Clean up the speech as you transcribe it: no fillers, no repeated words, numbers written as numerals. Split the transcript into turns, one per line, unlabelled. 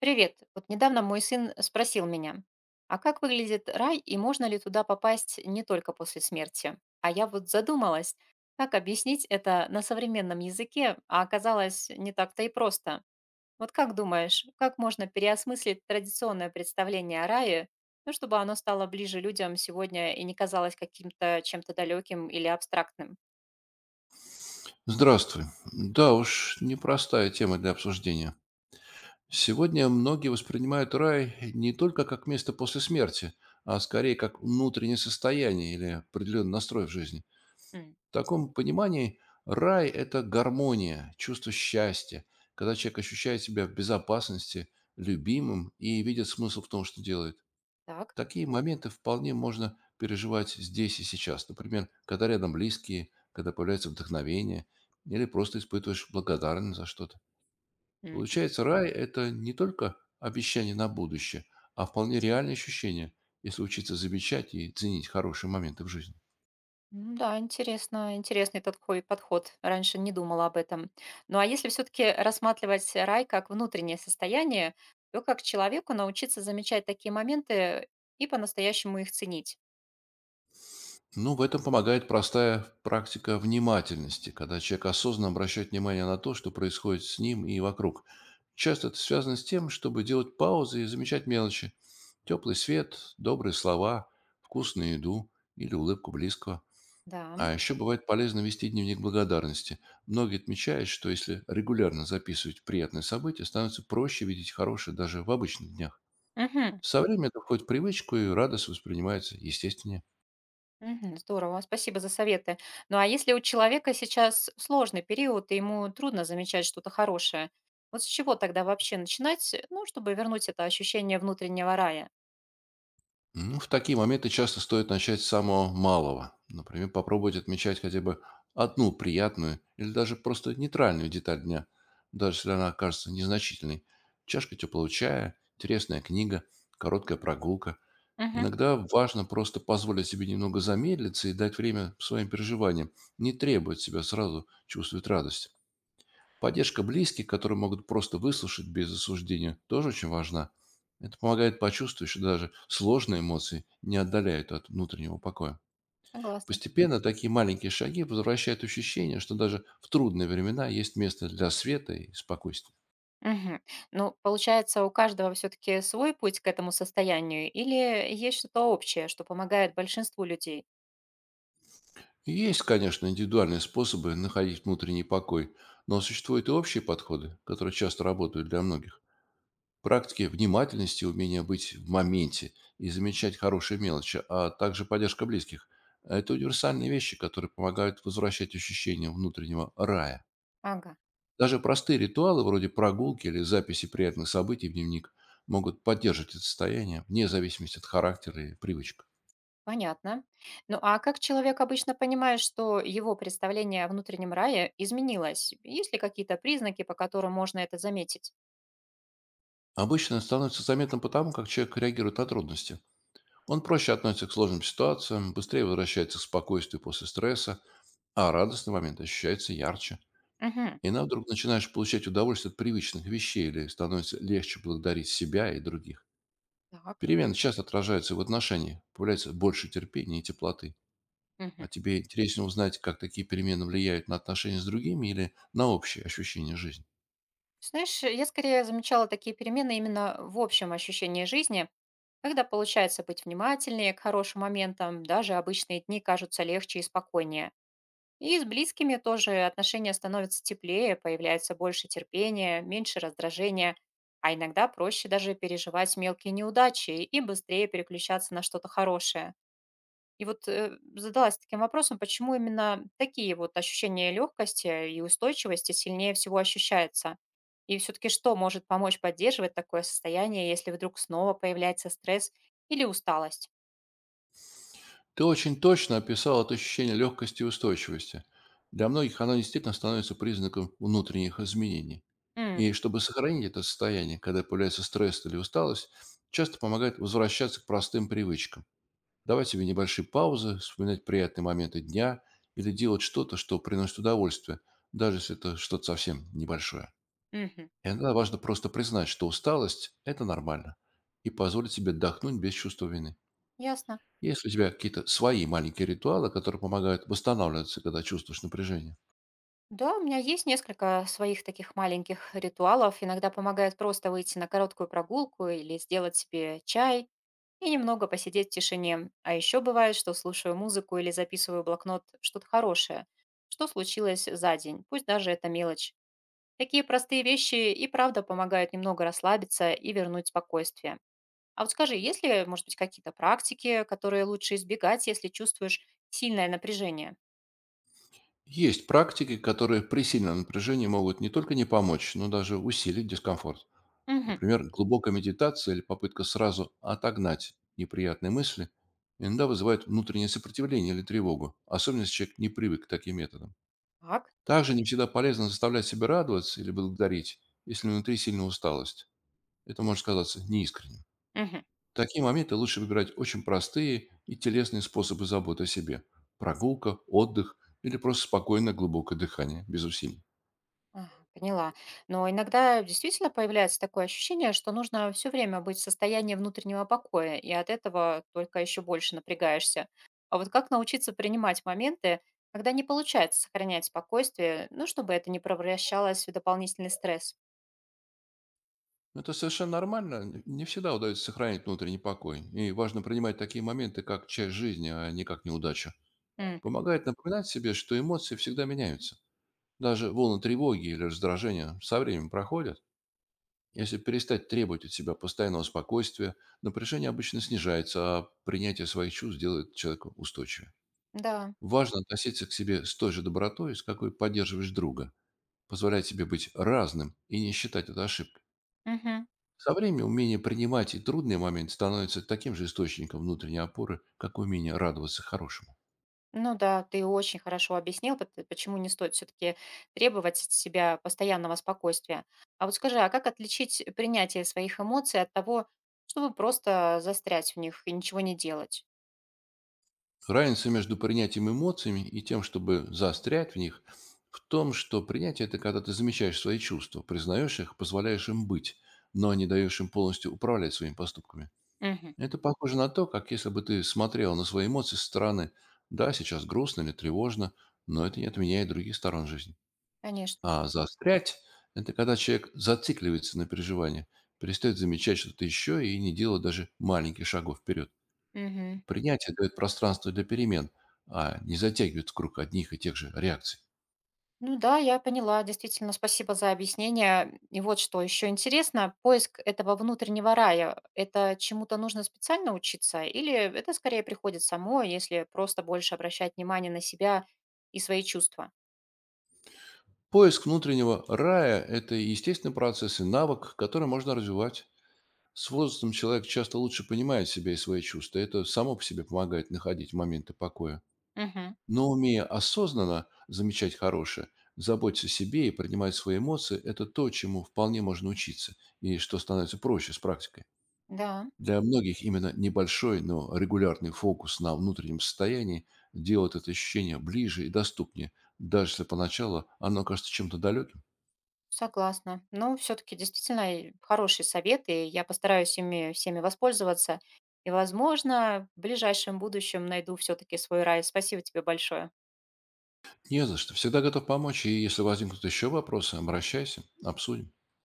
Привет. Вот недавно мой сын спросил меня, а как выглядит рай и можно ли туда попасть не только после смерти? А я вот задумалась, как объяснить это на современном языке, а оказалось не так-то и просто. Вот как думаешь, как можно переосмыслить традиционное представление о рае, ну, чтобы оно стало ближе людям сегодня и не казалось каким-то чем-то далеким или абстрактным?
Здравствуй. Да уж, непростая тема для обсуждения. Сегодня многие воспринимают рай не только как место после смерти, а скорее как внутреннее состояние или определенный настрой в жизни.
М.
В таком понимании рай– это гармония, чувство счастья, когда человек ощущает себя в безопасности, любимым и видит смысл в том, что делает.
Так.
Такие моменты вполне можно переживать здесь и сейчас. Например, когда рядом близкие, когда появляется вдохновение, или просто испытываешь благодарность за что-то. Получается, рай– это не только обещание на будущее, а вполне реальное ощущение, если учиться замечать и ценить хорошие моменты в жизни.
Ну да, интересно, подход. Раньше не думала об этом. Ну а если все-таки рассматривать рай как внутреннее состояние, то как человеку научиться замечать такие моменты и по-настоящему их ценить?
Ну, в этом помогает простая практика внимательности, когда человек осознанно обращает внимание на то, что происходит с ним и вокруг. Часто это связано с тем, чтобы делать паузы и замечать мелочи. Теплый свет, добрые слова, вкусную еду или улыбку близкого.
Да.
А еще бывает полезно вести дневник благодарности. Многие отмечают, что если регулярно записывать приятные события, становится проще видеть хорошее даже в обычных днях.
Мгм.
Со временем это входит в привычку, и радость воспринимается естественнее.
Мгм. Здорово, спасибо за советы. Ну а если у человека сейчас сложный период, и ему трудно замечать что-то хорошее, вот с чего тогда вообще начинать, ну, чтобы вернуть это ощущение внутреннего рая?
Ну, в такие моменты часто стоит начать с самого малого. Например, попробовать отмечать хотя бы одну приятную или даже просто нейтральную деталь дня, даже если она окажется незначительной. Чашка теплого чая, интересная книга, короткая прогулка.
Угу.
Иногда важно просто позволить себе немного замедлиться и дать время своим переживаниям, не требовать себя сразу чувствовать радость. Поддержка близких, которые могут просто выслушать без осуждения, тоже очень важна. Это помогает почувствовать, что даже сложные эмоции не отдаляют от внутреннего покоя.
Согласна.
Постепенно такие маленькие шаги возвращают ощущение, что даже в трудные времена есть место для света и спокойствия.
Мгм. Ну, получается, у каждого все-таки свой путь к этому состоянию, или есть что-то общее, что помогает большинству людей?
Есть, конечно, индивидуальные способы находить внутренний покой, но существуют и общие подходы, которые часто работают для многих. Практики внимательности, умение быть в моменте и замечать хорошие мелочи, а также поддержка близких– это универсальные вещи, которые помогают возвращать ощущение внутреннего рая.
Ага,
Даже простые ритуалы, вроде прогулки или записи приятных событий в дневник, могут поддерживать это состояние вне зависимости от характера и привычек.
понятно. Ну, а как человек обычно понимает, что его представление о внутреннем рае изменилось? Есть ли какие-то признаки, по которым можно это заметить?
Обычно становится заметным потому, как человек реагирует на трудности. Он проще относится к сложным ситуациям, быстрее возвращается к спокойствию после стресса, а радостный момент ощущается ярче.
Угу.
Иногда вдруг начинаешь получать удовольствие от привычных вещей или становится легче благодарить себя и других.
Так.
Перемены часто отражаются и в отношениях, появляется больше терпения и теплоты. А
Мгм.
тебе интереснее узнать, как такие перемены влияют на отношения с другими или на общее ощущение жизни.
Знаешь, я скорее замечала такие перемены именно в общем ощущении жизни, когда получается быть внимательнее к хорошим моментам, даже обычные дни кажутся легче и спокойнее. И с близкими тоже отношения становятся теплее, появляется больше терпения, меньше раздражения, а иногда проще даже переживать мелкие неудачи и быстрее переключаться на что-то хорошее. И вот задалась таким вопросом, почему именно такие вот ощущения легкости и устойчивости сильнее всего ощущаются? И все-таки что может помочь поддерживать такое состояние, если вдруг снова появляется стресс или усталость?
Ты очень точно описал это ощущение легкости и устойчивости. Для многих оно действительно становится признаком внутренних изменений.
М.
И чтобы сохранить это состояние, когда появляется стресс или усталость, часто помогает возвращаться к простым привычкам давать себе небольшие паузы, вспоминать приятные моменты дня или делать что-то, что приносит удовольствие, даже если это что-то совсем небольшое.
Мгм.
Иногда важно просто признать, что усталость– это нормально, и позволить себе отдохнуть без чувства вины.
Ясно.
Есть ли у тебя какие-то свои маленькие ритуалы, которые помогают восстанавливаться, когда чувствуешь напряжение?
Да, у меня есть несколько своих таких маленьких ритуалов. Иногда помогает просто выйти на короткую прогулку или сделать себе чай и немного посидеть в тишине. А еще бывает, что слушаю музыку или записываю в блокнот что-то хорошее, что случилось за день, пусть даже это мелочь. Такие простые вещи и правда помогают немного расслабиться и вернуть спокойствие. А вот скажи, есть ли, может быть, какие-то практики, которые лучше избегать, если чувствуешь сильное напряжение?
Есть практики, которые при сильном напряжении могут не только не помочь, но даже усилить дискомфорт.
Угу.
Например, глубокая медитация или попытка сразу отогнать неприятные мысли иногда вызывает внутреннее сопротивление или тревогу, особенно если человек не привык к таким методам.
Так.
Также не всегда полезно заставлять себя радоваться или благодарить, если внутри сильная усталость. Это может казаться неискренним.
Мгм.
В такие моменты лучше выбирать очень простые и телесные способы заботы о себе. Прогулка, отдых или просто спокойное глубокое дыхание без усилий.
Ага, поняла. Но иногда действительно появляется такое ощущение, что нужно все время быть в состоянии внутреннего покоя, и от этого только еще больше напрягаешься. А вот как научиться принимать моменты, когда не получается сохранять спокойствие, ну, чтобы это не превращалось в дополнительный стресс?
Ну, это совершенно нормально. Не всегда удается сохранить внутренний покой. И важно принимать такие моменты, как часть жизни, а не как неудачу.
Мгм.
Помогает напоминать себе, что эмоции всегда меняются. Даже волны тревоги или раздражения со временем проходят. Если перестать требовать от себя постоянного спокойствия, напряжение обычно снижается, а принятие своих чувств делает человека устойчивее.
Да.
Важно относиться к себе с той же добротой, с какой поддерживаешь друга. Позволять себе быть разным и не считать это ошибкой.
Мгм.
Со временем умение принимать и трудные моменты становится таким же источником внутренней опоры, как умение радоваться хорошему.
Ну да, ты очень хорошо объяснил, почему не стоит все-таки требовать от себя постоянного спокойствия. А вот скажи, а как отличить принятие своих эмоций от того, чтобы просто застрять в них и ничего не делать?
Разница между принятием эмоциями и тем, чтобы заострять в них, в том, что принятие– это когда ты замечаешь свои чувства, признаешь их, позволяешь им быть, но не даешь им полностью управлять своими поступками.
Мгм.
Это похоже на то, как если бы ты смотрел на свои эмоции со стороны. Да, сейчас грустно или тревожно, но это не отменяет других сторон жизни.
Конечно.
А заострять– это когда человек зацикливается на переживании, перестает замечать что-то еще и не делает даже маленьких шагов вперед.
Мгм.
Принятие дает пространство для перемен, а не затягивает в круг одних и тех же реакций.
Ну да, я поняла. Действительно, спасибо за объяснение. И вот что еще интересно, поиск этого внутреннего рая, это чему-то нужно специально учиться или это скорее приходит само, если просто больше обращать внимание на себя и свои чувства?
Поиск внутреннего рая– это естественный процесс и навык, который можно развивать. С возрастом человек часто лучше понимает себя и свои чувства. Это само по себе помогает находить моменты покоя.
Мгм.
Но умея осознанно замечать хорошее, заботиться о себе и принимать свои эмоции– это то, чему вполне можно учиться и что становится проще с практикой.
Да,
Для многих именно небольшой, но регулярный фокус на внутреннем состоянии делает это ощущение ближе и доступнее, даже если поначалу оно кажется чем-то далеким.
согласна. Но все-таки действительно и хорошие советы. Я постараюсь ими всеми воспользоваться. И, возможно, в ближайшем будущем найду все-таки свой рай. Спасибо тебе большое.
Не за что. Всегда готов помочь, и если возникнут еще вопросы, обращайся, обсудим.